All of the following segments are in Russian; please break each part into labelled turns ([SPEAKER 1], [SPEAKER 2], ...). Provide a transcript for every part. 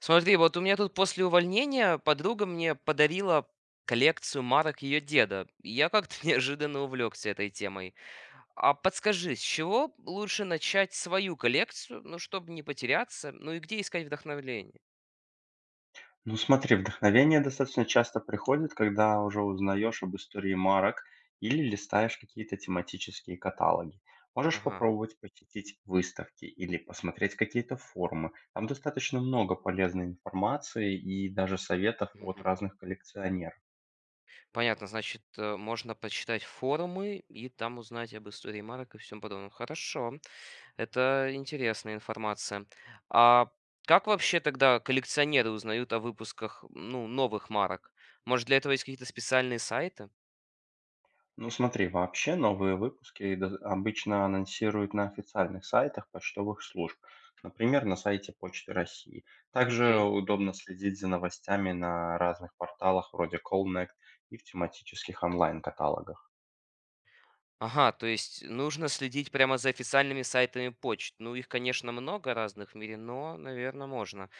[SPEAKER 1] Смотри, вот у меня тут после увольнения подруга мне подарила коллекцию марок ее деда. Я как-то неожиданно увлекся этой темой. А подскажи, с чего лучше начать свою коллекцию, ну, чтобы не потеряться, ну и где искать вдохновление?
[SPEAKER 2] Ну смотри, вдохновение достаточно часто приходит, когда уже узнаешь об истории марок или листаешь какие-то тематические каталоги. Можешь
[SPEAKER 1] Ага.
[SPEAKER 2] попробовать посетить выставки или посмотреть какие-то форумы. Там достаточно много полезной информации и даже советов от
[SPEAKER 1] Мгм.
[SPEAKER 2] разных коллекционеров.
[SPEAKER 1] Понятно, значит, можно почитать форумы и там узнать об истории марок и всем подобном. Хорошо. Это интересная информация. А как вообще тогда коллекционеры узнают о выпусках, ну, новых марок? Может, для этого есть какие-то специальные сайты?
[SPEAKER 2] Ну смотри, вообще новые выпуски обычно анонсируют на официальных сайтах почтовых служб, например, на сайте Почты России. Также
[SPEAKER 1] Окей.
[SPEAKER 2] удобно следить за новостями на разных порталах вроде Callnet и в тематических онлайн-каталогах.
[SPEAKER 1] Ага, то есть нужно следить прямо за официальными сайтами почт. Ну, их, конечно, много разных в мире, но, наверное, можно.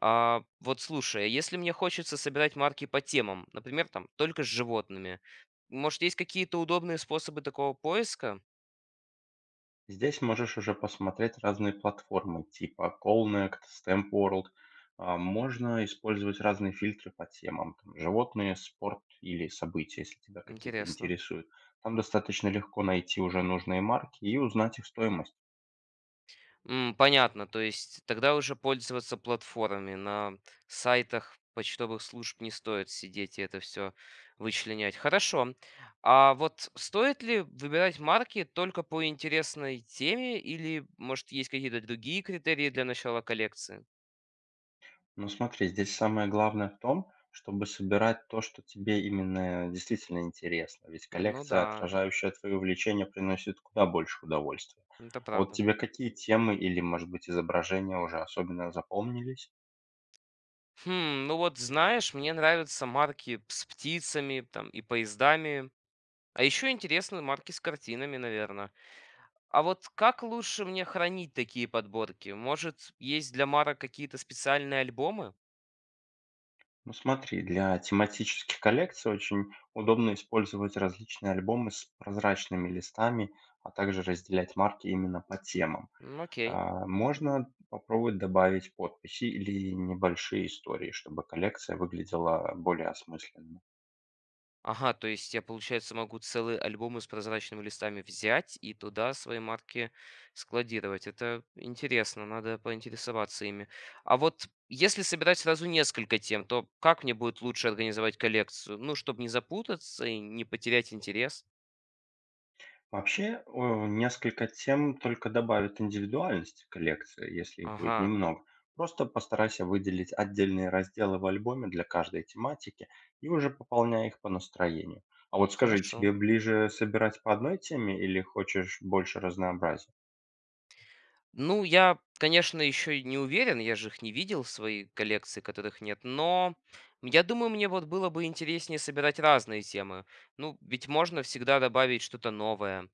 [SPEAKER 1] А, вот слушай, а если мне хочется собирать марки по темам, например, там, только с животными, может, есть какие-то удобные способы такого поиска?
[SPEAKER 2] Здесь можешь уже посмотреть разные платформы, типа Colnect, Stamp World. Можно использовать разные фильтры по темам, там, животные, спорт или события, если тебя какие-то
[SPEAKER 1] Интересно.
[SPEAKER 2] интересуют. Там достаточно легко найти уже нужные марки и узнать их стоимость.
[SPEAKER 1] М, понятно. То есть тогда уже пользоваться платформами. На сайтах почтовых служб не стоит сидеть и это все вычленять. Хорошо. А вот стоит ли выбирать марки только по интересной теме или, может, есть какие-то другие критерии для начала коллекции?
[SPEAKER 2] Ну смотри, здесь самое главное в том, чтобы собирать то, что тебе именно действительно интересно. Ведь
[SPEAKER 1] Ну
[SPEAKER 2] коллекция,
[SPEAKER 1] да,
[SPEAKER 2] отражающая твои увлечения, приносит куда больше удовольствия.
[SPEAKER 1] это
[SPEAKER 2] А вот
[SPEAKER 1] правда.
[SPEAKER 2] тебе какие темы или, может быть, изображения уже особенно запомнились?
[SPEAKER 1] Хм, ну вот знаешь, мне нравятся марки с птицами там и поездами, а еще интересны марки с картинами, наверное. А вот как лучше мне хранить такие подборки? Может, есть для Мара какие-то специальные альбомы?
[SPEAKER 2] Ну смотри, для тематических коллекций очень удобно использовать различные альбомы с прозрачными листами, а также разделять марки именно по темам.
[SPEAKER 1] М, окей.
[SPEAKER 2] Можно попробовать добавить подписи или небольшие истории, чтобы коллекция выглядела более осмысленно.
[SPEAKER 1] Ага, то есть я, получается, могу целые альбомы с прозрачными листами взять и туда свои марки складировать. Это интересно, надо поинтересоваться ими. А вот если собирать сразу несколько тем, то как мне будет лучше организовать коллекцию? Ну, чтобы не запутаться и не потерять интерес.
[SPEAKER 2] Вообще, несколько тем только добавят индивидуальности коллекции, если их будет
[SPEAKER 1] Ага,
[SPEAKER 2] немного. Просто постарайся выделить отдельные разделы в альбоме для каждой тематики и уже пополняй их по настроению. А вот скажи,
[SPEAKER 1] хорошо.
[SPEAKER 2] тебе ближе собирать по одной теме или хочешь больше разнообразия?
[SPEAKER 1] Ну, я, конечно, еще не уверен, я же их не видел, в своей коллекции, которых нет, но я думаю, мне вот было бы интереснее собирать разные темы. Ну, ведь можно всегда добавить что-то новое.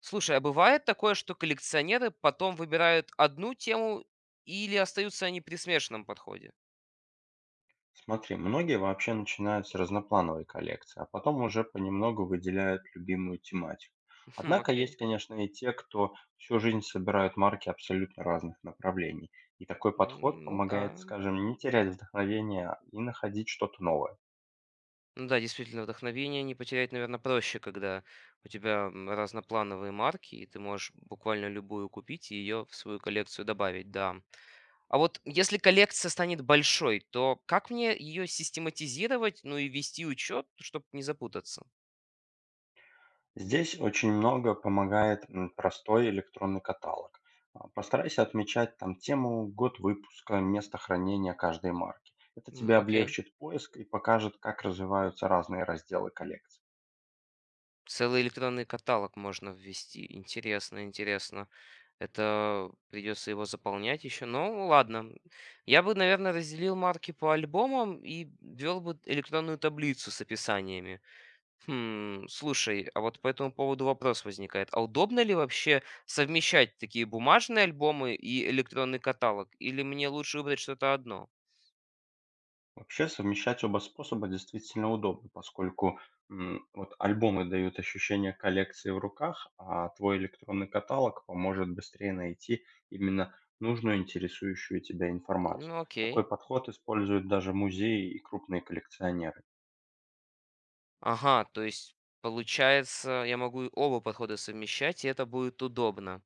[SPEAKER 1] Слушай, а бывает такое, что коллекционеры потом выбирают одну тему или остаются они при смешанном подходе?
[SPEAKER 2] Смотри, многие вообще начинают с разноплановой коллекции, а потом уже понемногу выделяют любимую тематику.
[SPEAKER 1] Хм,
[SPEAKER 2] Однако
[SPEAKER 1] окей.
[SPEAKER 2] есть, конечно, и те, кто всю жизнь собирают марки абсолютно разных направлений. И такой
[SPEAKER 1] М,
[SPEAKER 2] подход
[SPEAKER 1] ну да.
[SPEAKER 2] помогает, скажем, не терять вдохновение и находить что-то новое.
[SPEAKER 1] Ну да, действительно, вдохновение не потерять, наверное, проще, когда у тебя разноплановые марки, и ты можешь буквально любую купить и ее в свою коллекцию добавить, да. А вот если коллекция станет большой, то как мне ее систематизировать, ну и вести учет, чтобы не запутаться?
[SPEAKER 2] Здесь очень много помогает простой электронный каталог. Постарайся отмечать там тему, год выпуска, место хранения каждой марки. Это тебе
[SPEAKER 1] М, окей.
[SPEAKER 2] облегчит поиск и покажет, как развиваются разные разделы коллекции.
[SPEAKER 1] Целый электронный каталог можно ввести. Интересно, интересно. Это придется его заполнять еще. Ну, ладно. Я бы, наверное, разделил марки по альбомам и ввел бы электронную таблицу с описаниями. Хм, слушай, а вот по этому поводу вопрос возникает. А удобно ли вообще совмещать такие бумажные альбомы и электронный каталог? Или мне лучше выбрать что-то одно?
[SPEAKER 2] Вообще совмещать оба способа действительно удобно, поскольку вот альбомы дают ощущение коллекции в руках, а твой электронный каталог поможет быстрее найти именно нужную интересующую тебя
[SPEAKER 1] Ну,
[SPEAKER 2] информацию.
[SPEAKER 1] окей.
[SPEAKER 2] Такой подход используют даже музеи и крупные коллекционеры.
[SPEAKER 1] Ага, то есть получается, я могу оба подхода совмещать, и это будет удобно.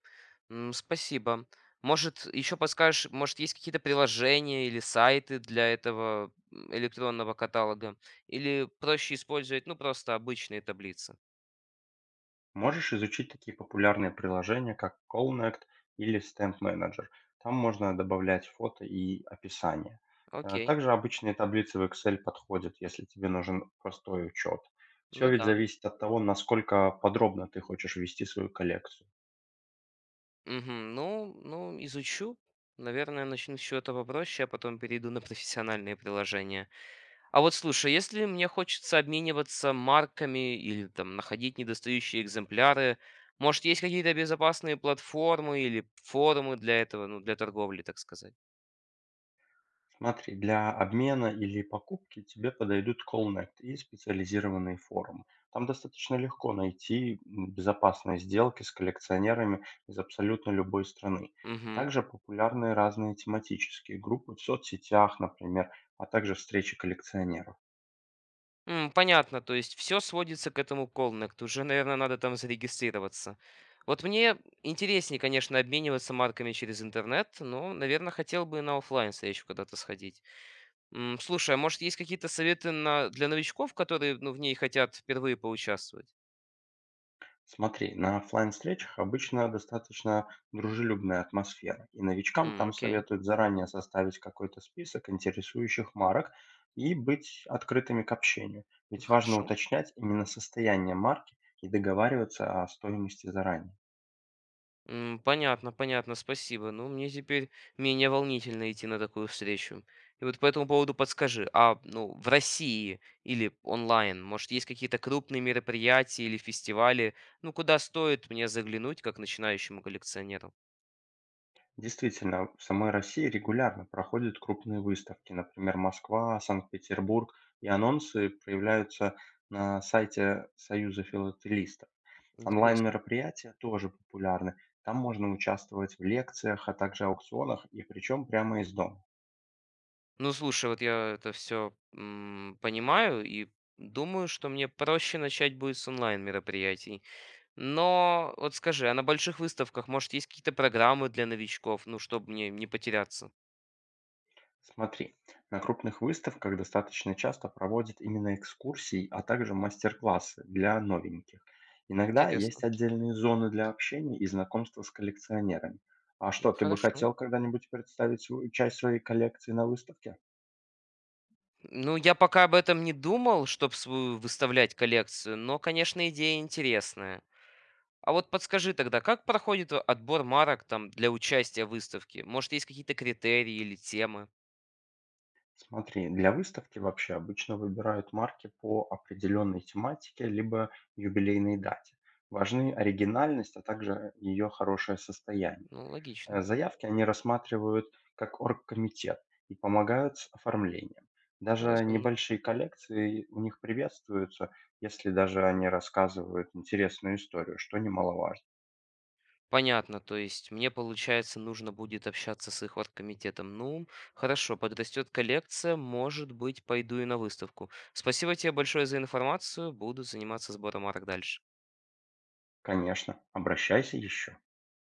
[SPEAKER 1] М, спасибо. Может, еще подскажешь, может, есть какие-то приложения или сайты для этого электронного каталога? Или проще использовать, ну, просто обычные таблицы?
[SPEAKER 2] Можешь изучить такие популярные приложения, как CallNect или Stamp Manager. Там можно добавлять фото и описание.
[SPEAKER 1] Окей,
[SPEAKER 2] Также обычные таблицы в Excel подходят, если тебе нужен простой учет. Все
[SPEAKER 1] ну
[SPEAKER 2] ведь
[SPEAKER 1] да.
[SPEAKER 2] зависит от того, насколько подробно ты хочешь вести свою коллекцию.
[SPEAKER 1] Мгм. Ну, изучу. Наверное, начну с чего-то попроще, а потом перейду на профессиональные приложения. А вот слушай, если мне хочется обмениваться марками или там находить недостающие экземпляры, может, есть какие-то безопасные платформы или форумы для этого, ну, для торговли, так сказать?
[SPEAKER 2] Смотри, для обмена или покупки тебе подойдут Callnet и специализированные форумы. Там достаточно легко найти безопасные сделки с коллекционерами из абсолютно любой страны.
[SPEAKER 1] Мгм.
[SPEAKER 2] Также популярны разные тематические группы в соцсетях, например, а также встречи коллекционеров.
[SPEAKER 1] М, понятно, то есть все сводится к этому Connect. Уже, наверное, надо там зарегистрироваться. Вот мне интереснее, конечно, обмениваться марками через интернет, но, наверное, хотел бы и на оффлайн встречу когда-то сходить. М, слушай, а может, есть какие-то советы на для новичков, которые, ну, в ней хотят впервые поучаствовать?
[SPEAKER 2] Смотри, на оффлайн-встречах обычно достаточно дружелюбная атмосфера, и новичкам
[SPEAKER 1] М,
[SPEAKER 2] там
[SPEAKER 1] окей.
[SPEAKER 2] советуют заранее составить какой-то список интересующих марок и быть открытыми к общению.
[SPEAKER 1] Ну,
[SPEAKER 2] Ведь важно
[SPEAKER 1] хорошо.
[SPEAKER 2] уточнять именно состояние марки и договариваться о стоимости заранее.
[SPEAKER 1] М, понятно, понятно, спасибо. Ну, мне теперь менее волнительно идти на такую встречу. И вот по этому поводу подскажи, а, ну, в России или онлайн, может, есть какие-то крупные мероприятия или фестивали, ну, куда стоит мне заглянуть как начинающему коллекционеру?
[SPEAKER 2] Действительно, в самой России регулярно проходят крупные выставки, например, Москва, Санкт-Петербург, и анонсы появляются на сайте Союза филателистов.
[SPEAKER 1] Интересно.
[SPEAKER 2] Онлайн-мероприятия тоже популярны. Там можно участвовать в лекциях, а также аукционах, и причем прямо из дома.
[SPEAKER 1] Ну, слушай, вот я это все понимаю и думаю, что мне проще начать будет с онлайн-мероприятий. Но вот скажи, а на больших выставках, может, есть какие-то программы для новичков, ну, чтобы мне не потеряться?
[SPEAKER 2] Смотри, на крупных выставках достаточно часто проводят именно экскурсии, а также мастер-классы для новеньких. Иногда есть
[SPEAKER 1] Интересно.
[SPEAKER 2] отдельные зоны для общения и знакомства с коллекционерами. А
[SPEAKER 1] М,
[SPEAKER 2] что, ты бы
[SPEAKER 1] хорошо.
[SPEAKER 2] хотел когда-нибудь представить свою, часть своей коллекции на выставке?
[SPEAKER 1] Ну, я пока об этом не думал, чтобы свою выставлять коллекцию, но, конечно, идея интересная. А вот подскажи тогда, как проходит отбор марок там для участия в выставке? Может, есть какие-то критерии или темы?
[SPEAKER 2] Смотри, для выставки вообще обычно выбирают марки по определенной тематике, либо юбилейной дате. Важны оригинальность, а также ее хорошее состояние.
[SPEAKER 1] Ну, логично,
[SPEAKER 2] Заявки они рассматривают как оргкомитет и помогают с оформлением. Даже
[SPEAKER 1] разумно.
[SPEAKER 2] небольшие коллекции у них приветствуются, если даже они рассказывают интересную историю, что немаловажно.
[SPEAKER 1] Понятно, то есть мне, получается, нужно будет общаться с их оргкомитетом. Ну, хорошо, подрастет коллекция, может быть, пойду и на выставку. Спасибо тебе большое за информацию, буду заниматься сбором марок дальше.
[SPEAKER 2] Конечно, обращайся еще.